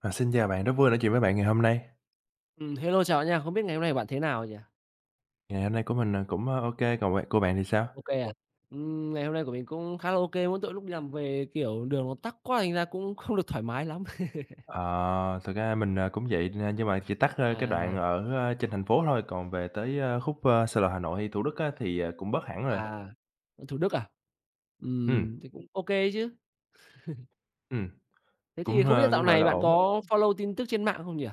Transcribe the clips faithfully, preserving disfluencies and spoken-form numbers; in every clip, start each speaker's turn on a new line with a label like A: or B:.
A: À, xin chào bạn, rất vui nói chuyện với bạn ngày hôm nay.
B: Ừm, hello, chào bạn nha. Không biết ngày hôm nay bạn thế nào nhỉ?
A: Ngày hôm nay của mình, ờ, cũng, ơ, ô còn bạn của bạn thì sao?
B: OK à? Ừm, ngày hôm nay của mình cũng khá là OK, mỗi tội lúc đi làm về, kiểu, đường nó tắc quá thành ra cũng không được thoải mái lắm.
A: Ờ, Thực ra mình, ờ, cũng vậy, n nhưng mà chỉ tắt ra cái
B: À,
A: đoạn ở, ơ, trên thành phố thôi, còn về tới, ơ, khúc, ơ, Sài Gòn, Hà Nội hay Thủ Đức á thì, ờ, cũng bớt hẳn rồi.
B: à, Thủ Đức à?
A: Ừm,
B: Ừm, thì cũng OK chứ.
A: ừm,
B: Thế
A: cũng,
B: thì không biết
A: ơ,
B: dạo
A: cũng, gọi
B: này
A: là,
B: bạn
A: ổn.
B: có follow tin tức trên mạng không nhỉ?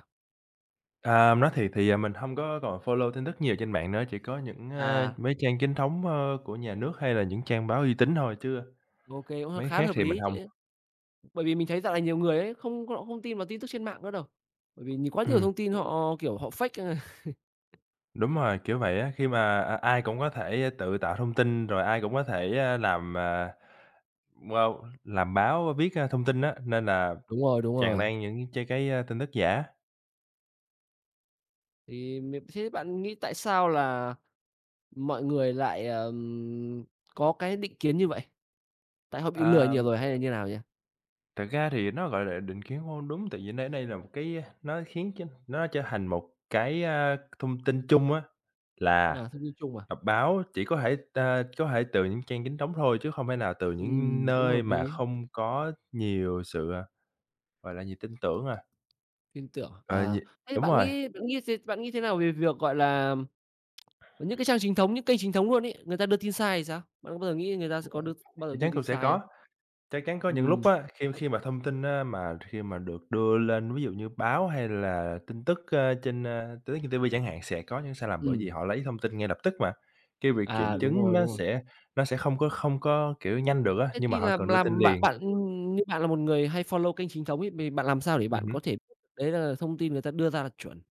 A: À, nói thiệt thì, à, mình không có còn follow tin tức nhiều trên mạng nữa, chỉ có những, ơ,
B: À,
A: mấy trang chính thống, ơ, của nhà nước hay là những trang báo uy tín thôi chứ
B: OK, cũng
A: mấy
B: khá là
A: khác
B: hợp
A: thì mình
B: lý chứ.
A: không.
B: Bởi vì mình thấy dạo này nhiều người ấy, không họ không tin vào tin tức trên mạng nữa đâu. Bởi vì nhìn quá nhiều
A: Ừm.
B: thông tin họ, kiểu, họ fake.
A: Đúng rồi, kiểu vậy á, khi mà, à, ai cũng có thể tự tạo thông tin, rồi ai cũng có thể, a, làm, à, wow, làm báo viết, a, thông tin á, nên là
B: Đúng rồi, đúng
A: tràn
B: rồi.
A: lan những ch cái, a, tin tức giả.
B: Thì m thế bạn nghĩ tại sao là mọi người lại, ờm, có cái định kiến như vậy? Tại họ bị lừa
A: Ờ,
B: nhiều rồi hay là như nào nhỉ?
A: Thực ra thì nó, gọi là, định kiến hông đúng, tại vì nó đây là một cái à, nó khiến cho nó trở thành một cái, a, thông tin chung á, là,
B: À, thông tin chung à?
A: à, báo chỉ có thể, a, có thể từ những trang chính thống thôi, chứ không thể nào từ những
B: Ừm, cũng
A: nơi
B: hợp
A: mà
B: lý,
A: không có nhiều sự, à, gọi là gì, tin tưởng à,
B: tin tưởng.
A: ờ, nh
B: À, thế
A: đúng
B: bạn
A: rồi.
B: nghĩ bạn nghĩ thế bạn nghĩ thế nào về việc, gọi là, những cái trang chính thống, những kênh chính thống luôn ấy, người ta đưa tin sai thì sao? Bạn có bao giờ nghĩ người ta sẽ có
A: Ờ,
B: đưa bao giờ
A: Chắc
B: đưa
A: chắn
B: tin
A: cũng sẽ
B: sai không?
A: có, chắc chắn có những lúc
B: Ừm,
A: á, khi khi mà thông tin á mà khi mà được đưa lên, ví dụ như báo hay là tin tức, ơ, trên, a, tin tức trên ti vi chẳng hạn, sẽ có những sai lầm bởi
B: ừm,
A: vì họ lấy thông tin ngay lập tức mà. Cái việc kiểm
B: à, đúng
A: chứng
B: rồi,
A: nó
B: đúng rồi.
A: sẽ nó sẽ không có không có, kiểu, nhanh được á,
B: Thế
A: nhưng mà
B: thì
A: họ
B: là
A: cần đưa tin
B: làm bạn
A: liền.
B: bạn như bạn là một người hay follow kênh chính thống ấy, thì bạn làm sao để
A: Ừm
B: bạn
A: hứm,
B: có thể biết đấy là thông tin người ta đưa ra là chuẩn?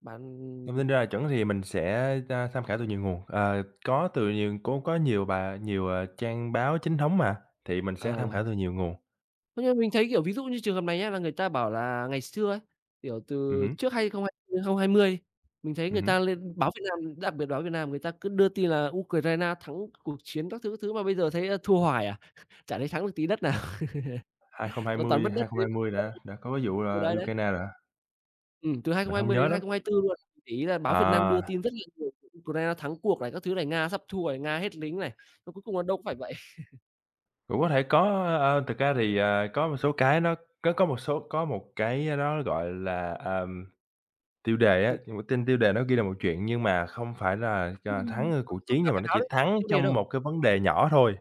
B: Bạn
A: thông tin ra chuẩn thì mình sẽ, a, tham khảo từ nhiều nguồn, ờ, có từ nhiều cũng có nhiều bài nhiều, ờ, trang báo chính thống mà, thì mình sẽ tham
B: à.
A: khảo từ nhiều nguồn.
B: Thế nhưng mình thấy, kiểu, ví dụ như trường hợp này nhá, là người ta bảo là ngày xưa ấy, kiểu,
A: Ừm
B: từ
A: hứm,
B: trước không không hai hai không hai mươi mình thấy
A: ừm
B: người
A: hứm.
B: ta lên báo Việt Nam, đặc biệt báo Việt Nam người ta cứ đưa tin là Ukraine thắng cuộc chiến các thứ, các thứ mà bây giờ thấy, a, thua hoài à, chả thấy thắng được tí đất nào, toàn
A: hai không hai không,
B: toàn mất đất với mất
A: hai không hai không
B: người.
A: đã đã có cái vụ
B: Ừ,
A: là
B: đấy, đấy.
A: Ukraine rồi hả?
B: Ừm, từ
A: Mình hông
B: hai không hai không
A: nhớ
B: đến
A: lắm.
B: hai không hai tư luôn, để ý là báo Việt Nam đưa
A: À,
B: tin rất là nhiều, Ukraine thắng cuộc này, các thứ này, Nga sắp thua này, Nga hết lính này, mà cuối cùng là đâu có phải vậy.
A: cũng có thể có, ơ, thực ra thì, à, có một số cái nó có có một số có một cái nó, gọi là, ờm, tiêu đề á, nhưng mà trên tiêu đề nó ghi là một chuyện nhưng mà không phải là, ờ,
B: Ừm.
A: thắng, ơ,
B: Đọc
A: cuộc
B: đọc
A: chiến
B: cả
A: nhưng mà
B: bài
A: nó
B: báo
A: chỉ
B: đấy,
A: thắng
B: tiêu đề
A: trong
B: đâu.
A: một cái vấn đề nhỏ thôi.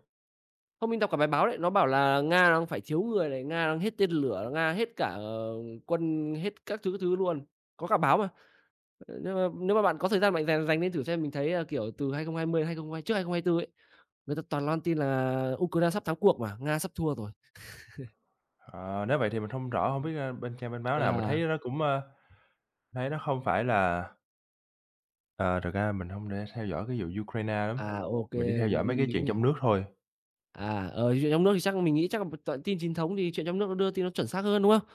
B: Không, mình đọc cả bài báo đấy, nó bảo là Nga đang phải thiếu người này, Nga đang hết tên lửa, Nga hết cả, ờ, quân, hết các thứ, các thứ luôn. Có cả báo mà, ờ, nếu mà nếu mà bạn có thời gian bạn dành dành lên thử xem, mình thấy, à, kiểu, từ hai không hai không đến hai không hai không trước hai không hai tư ấy, người ta toàn loan tin là Ukraine sắp thắng cuộc mà, Nga sắp thua rồi.
A: Ờ, Nếu vậy thì mình hông rõ, hông biết, ơ, bên trang bên báo nào, mình
B: À,
A: thấy nó cũng, ơ, thấy nó không phải là ờ, thực ra mình hông để theo dõi cái vụ Ukraine lắm,
B: à, OK,
A: mình chỉ theo dõi mấy
B: ừm,
A: cái
B: mình
A: chuyện
B: cũng hiểu.
A: trong nước thôi.
B: À, ở chuyện trong nước thì chắc mình nghĩ chắc là toàn tin chính thống thì chuyện trong nước nó đưa tin nó chuẩn xác hơn, đúng không?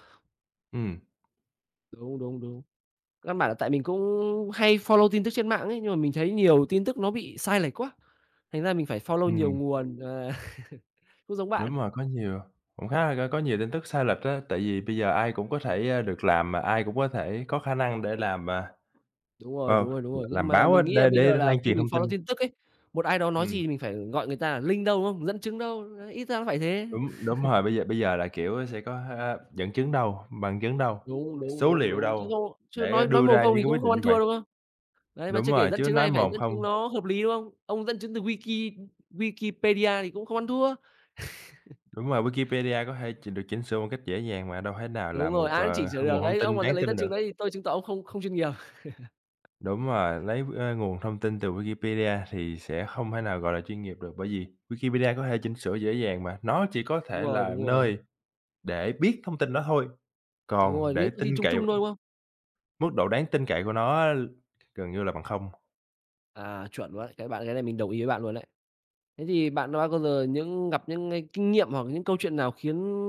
A: Ừm,
B: Đúng, đúng, đúng. Căn bản là tại mình cũng hay follow tin tức trên mạng ấy, nhưng mà mình thấy nhiều tin tức nó bị sai lệch quá. Thành ra mình phải follow nhiều
A: ừm.
B: nguồn, à, cũng giống bạn.
A: Đúng rồi, có nhiều cũng khá là có nhiều tin tức sai lệch á, tại vì bây giờ ai cũng có thể, a, được làm mà ai cũng có thể có khả năng để làm, à,
B: Đúng rồi,
A: ờ,
B: đúng rồi, đúng rồi. Nhưng
A: làm
B: mà
A: báo á,
B: mình nghĩ là
A: để
B: bây
A: để
B: giờ là
A: lan
B: khi
A: truyền
B: mình
A: thông
B: follow
A: tin.
B: tin tức ấy, một ai đó nói gì
A: Ừm,
B: thì mình phải gọi người ta là link đâu, đúng không? Dẫn chứng đâu, đấy, ít ra nó phải thế.
A: đúng, đúng rồi, bây giờ bây giờ là, kiểu, sẽ có, a, dẫn chứng đâu, bằng chứng đâu,
B: Đúng, đúng,
A: số
B: đúng,
A: liệu
B: đúng, chứ
A: đâu
B: không chứ
A: để
B: nói nói
A: đưa
B: mồm
A: ra
B: không
A: những
B: thì
A: cái
B: cũng
A: quyết
B: không
A: định
B: ăn
A: như vậy.
B: thua, đúng không? Đấy, mà
A: Đúng
B: chưa kể
A: rồi,
B: dẫn
A: chứ
B: chứng này
A: nói
B: phải
A: mồm
B: dẫn chứng
A: không.
B: nó hợp lý, đúng không? Ông dẫn chứng từ Wiki Wikipedia thì cũng không ăn thua.
A: Đúng rồi, Wikipedia có thể ch được chỉnh sửa một cách dễ dàng mà đâu thể nào là
B: Đúng rồi,
A: một,
B: ai cũng chỉnh
A: ờ,
B: sửa được.
A: nguồn thông
B: Đấy, ông
A: tin
B: mà
A: đáng
B: lấy dẫn
A: tin
B: chứng
A: được.
B: đấy thì tôi chứng tỏ ông không không chuyên nghiệp.
A: Đúng rồi, lấy, ơ, nguồn thông tin từ Wikipedia thì sẽ không thể nào gọi là chuyên nghiệp được, bởi vì Wikipedia có thể chỉnh sửa dễ dàng mà, nó chỉ có
B: Đúng
A: thể
B: rồi, đúng
A: là
B: rồi,
A: nơi để biết thông tin đó thôi,
B: đúng
A: còn
B: rồi,
A: để
B: những thông
A: tin
B: tin chung
A: cậy
B: chung thôi, đúng không?
A: mức độ đáng tin cậy của nó á gần như là bằng không.
B: À, chuẩn luôn đấy, cái bạn cái này mình đồng ý với bạn luôn đấy. Thế thì bạn đã bao giờ những gặp những cái kinh nghiệm hoặc những câu chuyện nào khiến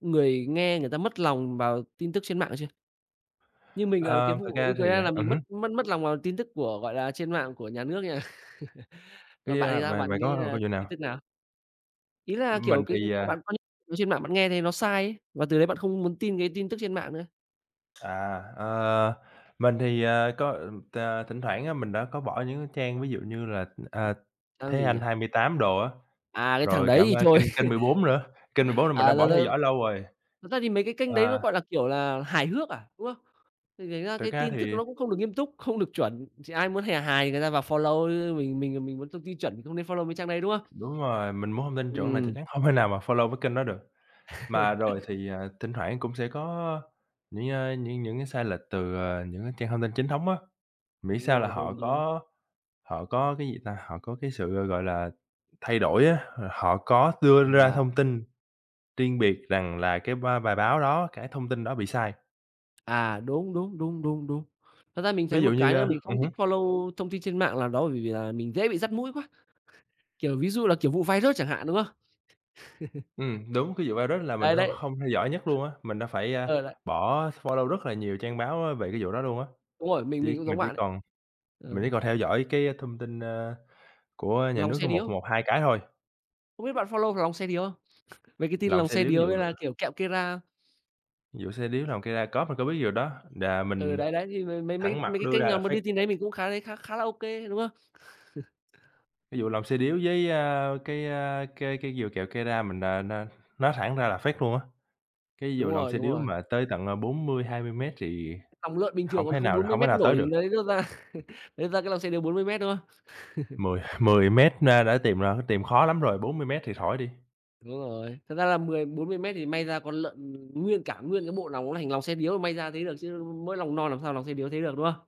B: người nghe người ta mất lòng vào tin tức trên mạng chưa? Như mình là cái
A: Ờ, Thực
B: vụ
A: ra thì
B: Ukraine là
A: à, ừm
B: mình
A: hứm,
B: mất mất mất lòng vào tin tức của, gọi là, trên mạng của nhà nước nha. Còn
A: cái,
B: bạn thì
A: a,
B: sao?
A: mà
B: Bạn
A: bạn
B: nghĩ
A: có
B: là
A: câu chuyện
B: tin
A: nào?
B: tức nào? Ý là,
A: Mình
B: kiểu, cái
A: thì, à,
B: bạn quan niệm trên mạng bạn nghe thấy nó sai ấy, và từ đấy bạn không muốn tin cái tin tức trên mạng nữa.
A: à, ờ, mình thì, ờ, có, ừm, t thỉnh thoảng á mình đã có bỏ những cái trang ví dụ như là, à,
B: Đang
A: Thế
B: gì nhỉ?
A: Anh hai tám đồ á.
B: À, cái thằng
A: Rồi
B: đấy
A: cảm,
B: thì
A: ơn
B: thôi.
A: kênh kênh mười bốn nữa, kênh mười bốn là mình đã
B: À, là
A: bỏ theo
B: là
A: dõi lâu rồi.
B: thật ra thì mấy cái kênh đấy nó,
A: À,
B: gọi là, kiểu là, hài hước à, đúng không? Thì thành ra
A: thực
B: cái
A: ra
B: tin tức
A: thì
B: nó cũng không được nghiêm túc, không được chuẩn, thì ai muốn hà hài người ta vào follow, ư, mình mình mình muốn thông tin chuẩn thì không nên follow mấy trang đấy, đúng không?
A: đúng rồi, mình muốn thông tin chuẩn là chắc
B: Ừm,
A: chắn không thể nào mà follow cái kênh đó được. Mà rồi thì, à, thỉnh thoảng cũng sẽ có những, a, những những cái sai lệch từ, ờ, những cái trang thông tin chính thống á, miễn
B: đúng
A: sao là
B: rồi,
A: họ
B: đúng, đúng.
A: có họ có cái gì ta, họ có cái sự, gọi là, thay đổi á, h họ có đưa ra
B: À,
A: thông tin riêng biệt rằng là cái ba bài báo đó, cái thông tin đó bị sai.
B: à, đúng, đúng, đúng, đúng, đúng. Thật ra mình thấy
A: Ví
B: một
A: dụ
B: cái
A: như,
B: nữa
A: a
B: mình
A: ừm
B: không thích
A: hứm.
B: follow thông tin trên mạng là đó bởi vì là mình dễ bị dắt mũi quá, kiểu, ví dụ là kiểu vụ virus chẳng hạn, đúng không?
A: Ừm, đúng, cái vụ virus là mình
B: Đấy,
A: hông
B: đấy.
A: không theo dõi nhất luôn á, mình đã phải, a,
B: Ờ, đấy,
A: bỏ follow rất là nhiều trang báo, a, về cái vụ đó luôn á.
B: đúng rồi, mình
A: Chỉ
B: mình cũng giống
A: mình chỉ
B: bạn ấy.
A: còn
B: Ờ,
A: mình chỉ còn theo dõi cái thông tin, ơ, của nhà
B: lòng
A: nước có
B: xe
A: một
B: điếu,
A: một hai cái thôi,
B: không biết bạn follow lòng xe điếu không? Mấy cái tin
A: lòng
B: lòng
A: xe
B: xe
A: điếu cái
B: điếu
A: vụ
B: hay là, kiểu, kẹo Kera.
A: vụ xe điếu lòng cây đa cóp mình có biết vụ đó, là
B: Ừ,
A: mình
B: đấy, đấy, thì mấy mấy mấy
A: thẳng mặt
B: mấy cái
A: đưa
B: kênh
A: ra là
B: nào mà đi
A: fake.
B: tin đấy mình cũng khá thấy khá khá là ô kê, đúng không?
A: Cái vụ lòng xe điếu với, a, cái, a, cái cái vụ kẹo cây đa mình, à, na nói thẳng ra là fake luôn á. Cái
B: Đúng
A: vụ lòng
B: rồi,
A: xe
B: đúng
A: điếu
B: rồi.
A: mà tới tận, à, bốn mươi hai mươi mét thì
B: Lòng lợn bình thường
A: hổng
B: còn
A: thể
B: không
A: nào
B: bốn mươi
A: hổng thể
B: mét
A: nào
B: nổi
A: tới
B: thì
A: được.
B: lấy đâu ra lấy ra cái lòng xe đều bốn mươi mét, đúng không?
A: mười mười mét ra đã tìm ra tìm khó lắm rồi, bốn mươi mét thì thổi đi.
B: Đúng rồi, thật ra là mười bốn mươi mét thì may ra con lợn nguyên cả nguyên cái bộ lòng nó thành lòng xe điếu may ra thấy được chứ mỗi lòng non làm sao lòng xe điếu thấy được, đúng không?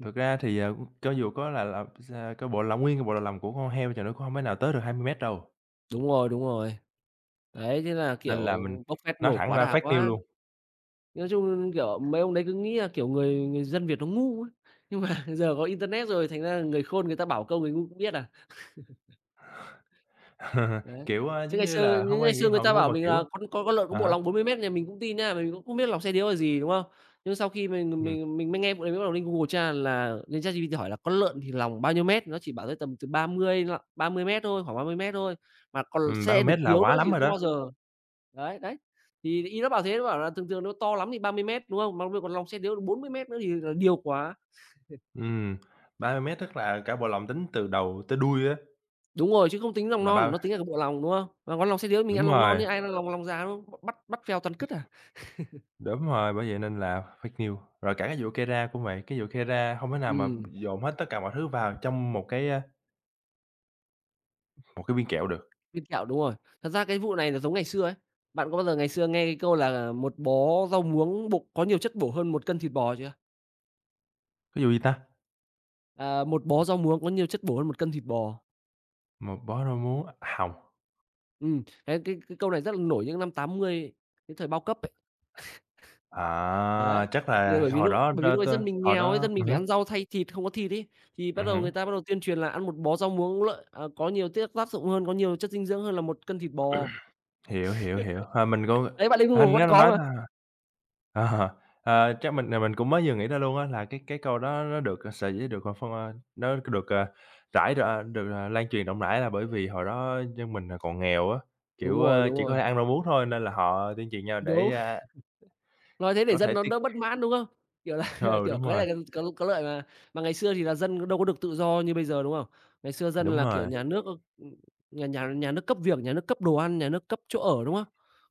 A: Thực ra thì, ờ, cho dù có là là sa coi bộ là nguyên cái bộ lò lồng của con heo thì nó cũng hông thể nào tới được hai mươi mét đâu,
B: Đúng rồi, đúng rồi. Đấy, thế là, kiểu,
A: nên là mình
B: bốc phét
A: nói
B: nổ
A: thẳng
B: quá
A: ra
B: đà
A: fake news
B: quá.
A: luôn.
B: Nói chung, kiểu, mấy ông đấy cứ nghĩ là, kiểu, người người dân Việt nó ngu ấy, nhưng mà giờ có internet rồi thành ra là người khôn người ta bảo câu người ngu cũng biết à. Đấy.
A: Kiểu, a,
B: Chứ
A: giống
B: ngày
A: như
B: xưa
A: là,
B: những
A: hông
B: ngày
A: ai nghĩ
B: xưa người
A: họ
B: ta
A: ngu
B: bảo
A: mà,
B: mình
A: kiểu
B: là con con con lợn có
A: à
B: bộ
A: há,
B: lòng bốn mươi mét thì mình cũng tin nhá, mình cũng không biết lòng xe điếu là gì, đúng không? Nhưng sau khi mình
A: ừm,
B: mình mình mới nghe vụ đấy, mới bắt đầu lên Google tra là lên ChatGPT hỏi là "Con lợn thì lòng bao nhiêu mét?" Nó chỉ bảo tới tầm từ ba mươi lận ba mươi mét thôi, khoảng ba mươi mét thôi, mà còn
A: ừm,
B: xe
A: ba mươi
B: được
A: mét là
B: điếu nữa
A: quá
B: thì
A: lắm rồi
B: không
A: đó.
B: bao giờ. Đấy, đấy, thì ý nó bảo thế, nó bảo là thường thường nó to lắm thì ba mươi mét đúng không? Mà bây giờ còn lòng xe điếu bốn mươi mét nữa thì là điều quá.
A: Ừm, ba mươi mét tức là cả bộ lồng tính từ đầu tới đuôi á,
B: Đúng rồi, chứ không tính lòng
A: là
B: non,
A: ba
B: nó tính là cái bộ lòng, đúng không? Mà con lòng xe điếu mình
A: đúng
B: ăn lòng non
A: rồi,
B: chứ ai ăn lòng lòng già, đúng không? Bắt bắt phèo toàn cứt à.
A: đúng rồi, bởi vậy nên là fake news. Rồi cả cái vụ cây ra cũng vậy, cái vụ cây ra hông thể nào mà
B: Ừm.
A: dồn hết tất cả mọi thứ vào trong một cái, a Một cái viên kẹo được,
B: Viên kẹo, đúng rồi. Thật ra cái vụ này là giống ngày xưa ấy. Bạn có bao giờ ngày xưa nghe cái câu là "Một bó rau muống bụng có nhiều chất bổ hơn một cân thịt bò" chưa?
A: cái vụ gì ta?
B: À, "Một bó rau muống có nhiều chất bổ hơn một cân thịt bò."
A: Một bó rau muống hồng.
B: Ừm, cái cái cái câu này rất là nổi những năm tám mươi, cái thời bao cấp ấy.
A: À,
B: Đấy,
A: chắc
B: thì là
A: là
B: bởi vì
A: hồi
B: lúc
A: đó
B: bởi vì
A: đơ
B: lúc ấy
A: tơ
B: dân mình
A: hồi
B: nghèo ấy,
A: đó
B: dân mình
A: ừm
B: phải
A: hứm,
B: ăn rau thay thịt, không có thịt ấy, thì bắt
A: ừm
B: đầu người
A: hứm,
B: ta bắt đầu tuyên truyền là ăn một bó rau muống lợi à, có nhiều tiết tác dụng hơn, có nhiều chất dinh dưỡng hơn là một cân thịt bò.
A: hiểu, hiểu, hiểu. Ờ, mình cũng
B: Đấy, bạn lên
A: ờ,
B: Google vẫn
A: nếu mà
B: có
A: nói
B: mà.
A: ra ờ, ờ, chắc mình, ờ, mình cũng mới vừa nghĩ ra luôn á là cái cái câu đó nó được, ờ, sở dĩ được, ờ, phân, ơ nó được, ờ, rải ra được, ờ, lan truyền rộng rãi là bởi vì hồi đó dân mình, ờ, còn nghèo á,
B: Đúng
A: kiểu,
B: rồi,
A: ơ,
B: đúng
A: chỉ có
B: rồi.
A: thể ăn rau muống thôi nên là họ tuyên truyền nhau
B: Đúng.
A: để, a,
B: Nói thế để
A: có
B: dân
A: thể
B: nó
A: tiết
B: đỡ bất mãn, đúng không? Kiểu là,
A: ừ,
B: kiểu,
A: đúng
B: cái
A: rồi,
B: này có có lợi mà. Mà ngày xưa thì là dân đâu có được tự do như bây giờ, đúng không? Ngày xưa dân
A: đúng
B: là, kiểu,
A: rồi.
B: nhà nước, ơ, nhà nhà nhà nước cấp việc, nhà nước cấp đồ ăn, nhà nước cấp chỗ ở, đúng không?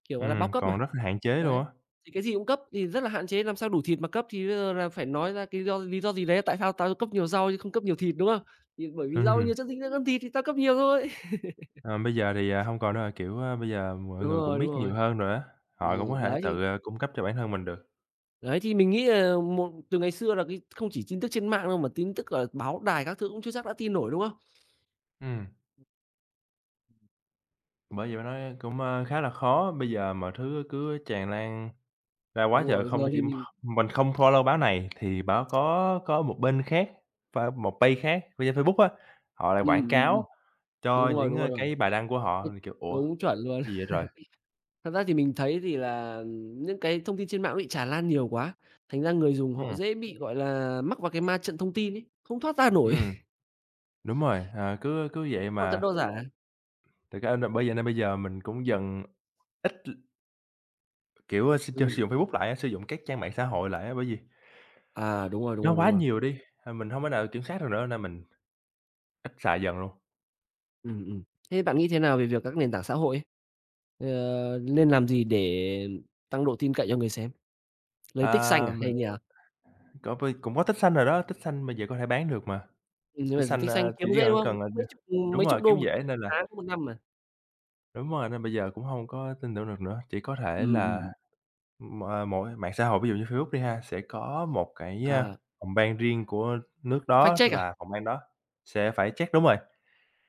B: Kiểu, gọi là, bao
A: Ừm,
B: cấp mà,
A: còn rất là hạn chế
B: đấy,
A: luôn á.
B: thì cái gì cũng cấp thì rất là hạn chế, làm sao đủ thịt mà cấp thì bây giờ là phải nói ra cái do lý do gì đấy, tại sao tao cấp nhiều rau chứ không cấp nhiều thịt, đúng không? Thì bởi vì rau
A: Ừm,
B: nhiều chất dinh dưỡng hơn thịt thì tao cấp nhiều thôi.
A: ờ, Bây giờ thì, à, hông còn nữa rồi, kiểu, a, bây giờ mọi
B: Đúng
A: người cũng
B: rồi, đúng
A: biết
B: rồi.
A: nhiều hơn rồi á, họ cũng có
B: Ừm,
A: thể
B: đấy.
A: tự, ờ, cung cấp cho bản thân mình được.
B: Đấy, thì mình nghĩ là một từ ngày xưa là cái không chỉ tin tức trên mạng đâu mà tin tức, ở báo đài các thứ cũng chưa chắc đã tin nổi, đúng không?
A: Ừm, bởi vậy mới nói cũng, ơ, khá là khó, bây giờ mọi thứ cứ tràn lan ra
B: Đúng
A: quá trời,
B: rồi, giờ
A: không chỉ
B: thì mình...
A: mình không follow báo này thì báo có có một bên khác, pha một page khác của trên Facebook á, họ lại
B: Ừm,
A: quảng
B: ừm, ừm, ừm.
A: cáo
B: Đúng
A: cho
B: rồi,
A: những,
B: đúng
A: ơ,
B: rồi.
A: cái bài đăng của họ,
B: Ừm,
A: thì kiểu, "Ủa,
B: đúng, chuẩn luôn.
A: gì vậy trời?"
B: Thật ra thì mình thấy thì là, những cái thông tin trên mạng nó bị tràn lan nhiều quá, thành ra người dùng họ
A: Ừm,
B: dễ bị, gọi là, mắc vào cái ma trận thông tin ấy, không thoát ra nổi,
A: ừm, đúng rồi, ờ, cứ cứ vậy
B: đâu thật
A: mà.
B: đâu giả.
A: Thực ra là bởi vậy nên bây giờ mình cũng dần ít Kiểu, ơ, s cho
B: Ừm,
A: sử dụng Facebook lại á, sử dụng các trang mạng xã hội lại á, bởi vì
B: à, đúng rồi, đúng
A: nó
B: rồi, đúng
A: quá
B: rồi.
A: nhiều đi, ờ, mình hông thể nào kiểm soát được nữa nên mình ít xài dần luôn.
B: Ừm, ừm. Thế bạn nghĩ thế nào về việc các nền tảng xã hội ấy, ờ, nên làm gì để tăng độ tin cậy cho người xem? Lấy tích xanh
A: À,
B: à, hay
A: mình
B: như...
A: có vơi cũng có tích xanh rồi đó, tích xanh bây giờ có thể bán được mà,
B: Ừm, nhưng
A: tích
B: mà diện
A: xanh,
B: tích xanh
A: ơ,
B: kiếm
A: chỉ
B: dễ,
A: cần
B: đúng không?
A: cần là
B: Cũng
A: đưa
B: mấy chục
A: đúng
B: mấy
A: rồi,
B: chục đô
A: kiếm
B: một
A: dễ nên là
B: tháng, một năm mà.
A: đúng rồi, nên bây giờ cũng hông có tin tưởng được nữa, chỉ có thể
B: Ừm,
A: là,
B: ừm.
A: ừm, ờ, mỗi mạng xã hội ví dụ như Facebook đi ha, sẽ có một cái, a,
B: À,
A: phòng ban riêng của nước
B: fact
A: đó
B: check à?
A: và phòng ban đó sẽ phải check đúng rồi,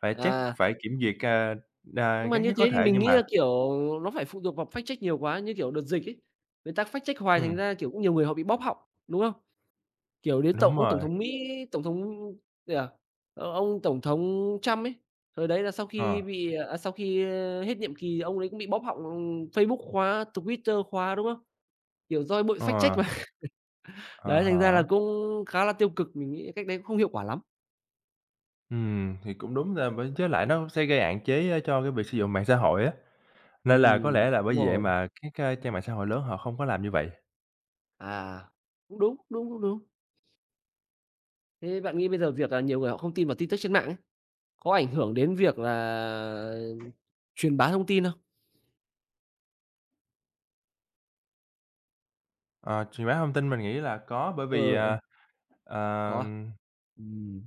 A: phải check,
B: À,
A: phải kiểm duyệt, à, à,
B: nhưng mà
A: gắt
B: như
A: nhất có
B: thế thì
A: thể
B: mình
A: nhưng
B: nghĩ
A: mà
B: là, kiểu, nó phải phụ thuộc vào fact check nhiều quá, như kiểu đợt dịch ấy, người ta fact check hoài thành
A: ừm.
B: ra, kiểu, cũng nhiều người họ bị bóp họng, đúng không? Kiểu, đến tổng
A: Đúng
B: ông tổng
A: rồi,
B: thống Mỹ, tổng thống gì à, ờ, ông tổng thống Trump ấy, thời đấy là sau khi
A: ờ,
B: bị à, sau khi, ơ, hết nhiệm kỳ ông đấy cũng bị bóp họng, ừm, Facebook khóa, Twitter khóa, đúng không? Kiểu, do bội fact
A: ờ,
B: check.
A: à
B: Đấy, thành ra là
A: há.
B: cũng khá là tiêu cực, mình nghĩ cách đấy cũng không hiệu quả lắm.
A: Ừm, thì cũng đúng là với với lại nó sẽ gây hạn chế, ơ, cho cái việc sử dụng mạng xã hội á, nên là có
B: Ừm,
A: lẽ là bởi
B: đúng
A: vì vậy
B: rồi.
A: mà các, a, trang mạng xã hội lớn họ không có làm như vậy.
B: À, cũng đúng, đúng, cũng đúng. Thế bạn nghĩ bây giờ việc là nhiều người họ không tin vào tin tức trên mạng ấy, có ảnh hưởng đến việc là truyền bá thông tin không?
A: Ờ, Truyền bá thông tin mình nghĩ là có bởi
B: Ờ,
A: vì,
B: ừ, ừ,
A: à,
B: có à?
A: ờm,
B: Ừm,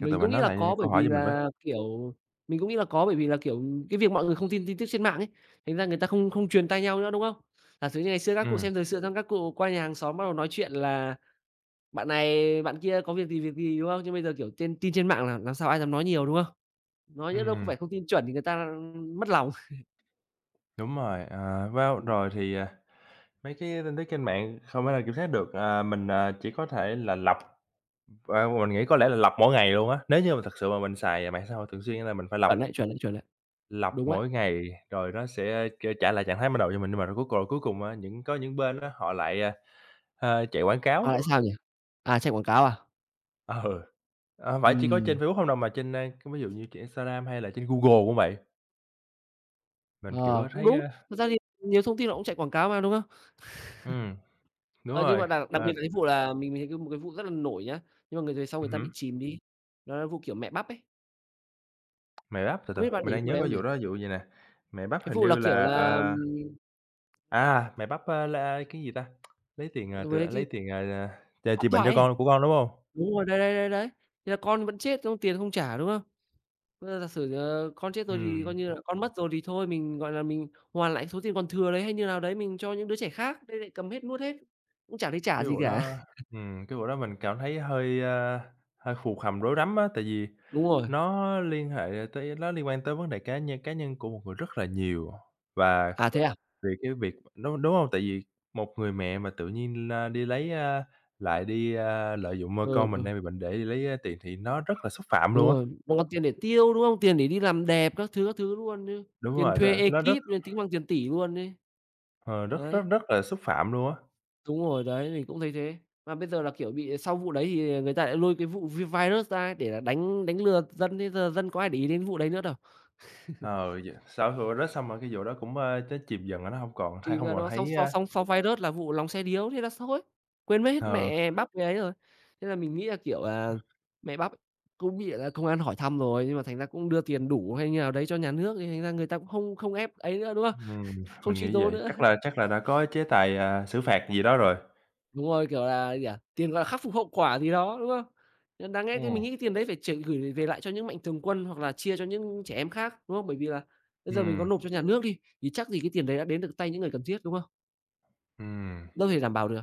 A: từ từ
B: cũng
A: bạn
B: nghĩ
A: nói
B: là
A: lại
B: có bởi
A: câu hỏi
B: vì
A: giùm mình với.
B: là, kiểu, mình cũng nghĩ là có bởi vì là, kiểu, cái việc mọi người không tin tin tức trên mạng ấy, thành ra người ta không không truyền tai nhau nữa, đúng không? Giả sử như ngày xưa các cụ
A: Ừm,
B: xem thời sự xong các cụ qua nhà hàng xóm bắt đầu nói chuyện là bạn này bạn kia có việc gì, việc gì, đúng không? Chứ bây giờ, kiểu, trên tin trên mạng là làm sao ai dám nói nhiều, đúng không? Nói nhỡ đâu không
A: ừm,
B: phải thông tin chuẩn thì người ta, mất lòng.
A: đúng rồi, ờ, wow,
B: Ừm,
A: rồi thì, à, mấy cái tin tức trên mạng không thể nào kiểm soát được, à, mình, à, chỉ có thể là lọc, ờ, mình nghĩ có lẽ là lọc mỗi ngày luôn á, nếu như mà thật sự mà mình xài mạng xã hội thường xuyên là mình phải lọc.
B: chuẩn đấy, chuẩn đấy, chuẩn đấy,
A: Lọc
B: đúng đấy.
A: mỗi ngày rồi nó sẽ, kiểu, trả lại trạng thái ban đầu cho mình, nhưng mà rồi cuối cùng cuối cùng á, những có những bên á, họ lại, à, à, chạy quảng
B: À,
A: cáo.
B: lại sao nhỉ? À, chạy quảng cáo à?
A: Ừ, ờ, hông phải chỉ có trên
B: Ừm,
A: Facebook không đâu mà trên, a, ví dụ như trên Instagram hay là trên Google cũng vậy. Mình,
B: ờ,
A: kiểu,
B: cũng
A: thấy,
B: đúng.
A: a
B: Thật ra thì nhiều thông tin nó cũng chạy quảng cáo mà, đúng không?
A: ừm, đúng
B: Ờ, nhưng
A: rồi,
B: mà đặc đặc
A: ờ,
B: biệt là cái vụ là mình mình thấy cái một cái vụ rất là nổi nhá, nhưng mà người về sau người
A: ừm
B: ta bị
A: hứm,
B: chìm đi, đó là vụ, kiểu, mẹ bắp ấy.
A: mè bắp, từ
B: Không
A: từ,
B: biết bạn để
A: mình
B: ý
A: đang
B: vụ
A: nhớ
B: đấy
A: có
B: không nhỉ?
A: vụ đó vụ vầy nè, mè bắp
B: Cái
A: hình
B: vụ là,
A: như
B: kiểu
A: là,
B: là,
A: ờ,
B: ừm,
A: à, mè bắp, a, la cái gì ta? Lấy tiền, à, từ
B: với cái
A: lấy tiền, à, à,
B: huyền
A: chữa bệnh cho
B: thoại ấy.
A: con của con, đúng hông?
B: Đúng rồi, đấy, đấy, đấy, đấy. Thế là con vẫn chết, xong tiền không trả, đúng không? Ờ, giả sử, ờ, con chết rồi thì coi
A: Ừm.
B: như là con mất rồi thì thôi mình, gọi là, mình hoàn lại số tiền còn thừa đấy hay như nào đấy mình cho những đứa trẻ khác, đây lại cầm hết nuốt hết, cũng chả thấy trả
A: Cái
B: gì
A: vụ
B: cả.
A: đó ừm, cái vụ đó mình cảm thấy hơi, a, hơi phù khằm rối rắm á, tại vì
B: Đúng rồi.
A: nó liên hệ tới nó liên quan tới vấn đề cá nhân cá nhân của một người rất là nhiều. Và
B: À, thế à?
A: vì cái việc đúng đúng hông? Tại vì một người mẹ mà tự nhiên la đi lấy, a lại đi, a, lợi dụng, ơ,
B: Ừ,
A: con
B: ừ,
A: mình đang bị bệnh để đi lấy, a, tiền thì nó rất là xúc phạm
B: đúng
A: luôn á.
B: rồi, nó có tiền để tiêu, đúng không? Tiền để đi làm đẹp các thứ, các thứ luôn chứ,
A: Đúng
B: tiền
A: rồi, r
B: thuê
A: nó rất
B: ekip nên tính bằng tiền tỷ luôn ấy.
A: ờ, rất rất
B: Đấy,
A: rất là xúc phạm luôn á.
B: đúng rồi, đấy, mình cũng thấy thế. Mà bây giờ là, kiểu, bị sau vụ đấy thì người ta lại lôi cái vụ vi virus ra để là đánh đánh lừa dân, thế giờ dân có ai để ý đến vụ đấy nữa đâu.
A: Ờ, d Sau cái vụ đó xong rồi cái vụ đó cũng, ơ, nó chìm dần rồi nó hông còn hay
B: Thì
A: hông
B: giờ
A: còn
B: đó xong
A: thấy,
B: sau
A: a
B: xong sau virus là vụ lòng xe điếu, thế là thôi, quên mất hết
A: ờ.
B: mẹ bắp cái ấy rồi. Thế là mình nghĩ là, kiểu là, mẹ bắp cũng bị, là, công an hỏi thăm rồi, nhưng mà thành ra cũng đưa tiền đủ hay như nào đấy cho nhà nước, thì thành ra người ta cũng không không ép ấy nữa, đúng không?
A: Ừm,
B: Không
A: mình
B: truy
A: nghĩ
B: tố
A: vậy.
B: nữa.
A: Chắc là chắc là đã có chế tài, à, xử phạt gì đó rồi.
B: Đúng rồi, kiểu là, gì nhỉ, tiền, gọi là, khắc phục hậu quả gì đó, đúng không? Nên đáng lẽ cái mình
A: Ừm.
B: nghĩ cái tiền đấy phải chuyển gửi về lại cho những mạnh thường quân hoặc là chia cho những trẻ em khác, đúng không? Bởi vì là bây giờ mình có
A: Ừm,
B: nộp cho nhà nước đi, thì chắc gì cái tiền đấy đã đến được tay những người cần thiết, đúng không?
A: ừm,
B: Đâu thể đảm bảo được,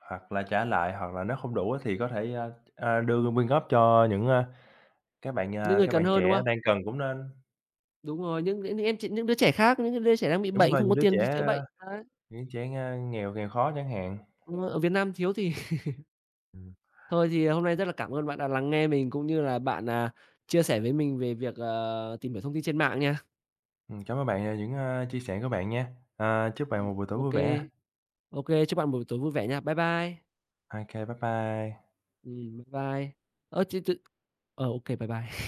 A: hoặc là trả lại, hoặc là nếu không đủ á thì có thể, a, a, đưa quyên góp cho những, a, các bạn,
B: những
A: à,
B: người
A: các
B: cần
A: bạn
B: hơn, đúng
A: trẻ
B: không?
A: đang cần cũng nên.
B: Đúng rồi, những những em chị những đứa trẻ khác, những đứa trẻ đang bị
A: Đúng
B: bệnh
A: rồi,
B: không có
A: những đứa
B: tiền
A: trẻ,
B: đi chữa
A: a,
B: bệnh, đấy.
A: những trẻ, a, nghèo nghèo khó chẳng hạn.
B: Đúng rồi, ở Việt Nam thiếu thì
A: Ừm,
B: thôi thì ờ, hôm nay rất là cảm ơn bạn đã lắng nghe mình, cũng như là bạn, à, chia sẻ với mình về việc, ờ, tìm hiểu thông tin trên mạng nha.
A: ừm, cảm ơn bạn về những, a, chia sẻ của bạn nha. À, chúc bạn một buổi tối
B: OK,
A: vui vẻ.
B: OK, chúc bạn một buổi tối vui vẻ nha. Bye bye.
A: OK, bye bye.
B: Ừm, bye bye. Ơ, chứ tự, ờ, ô, bye bye.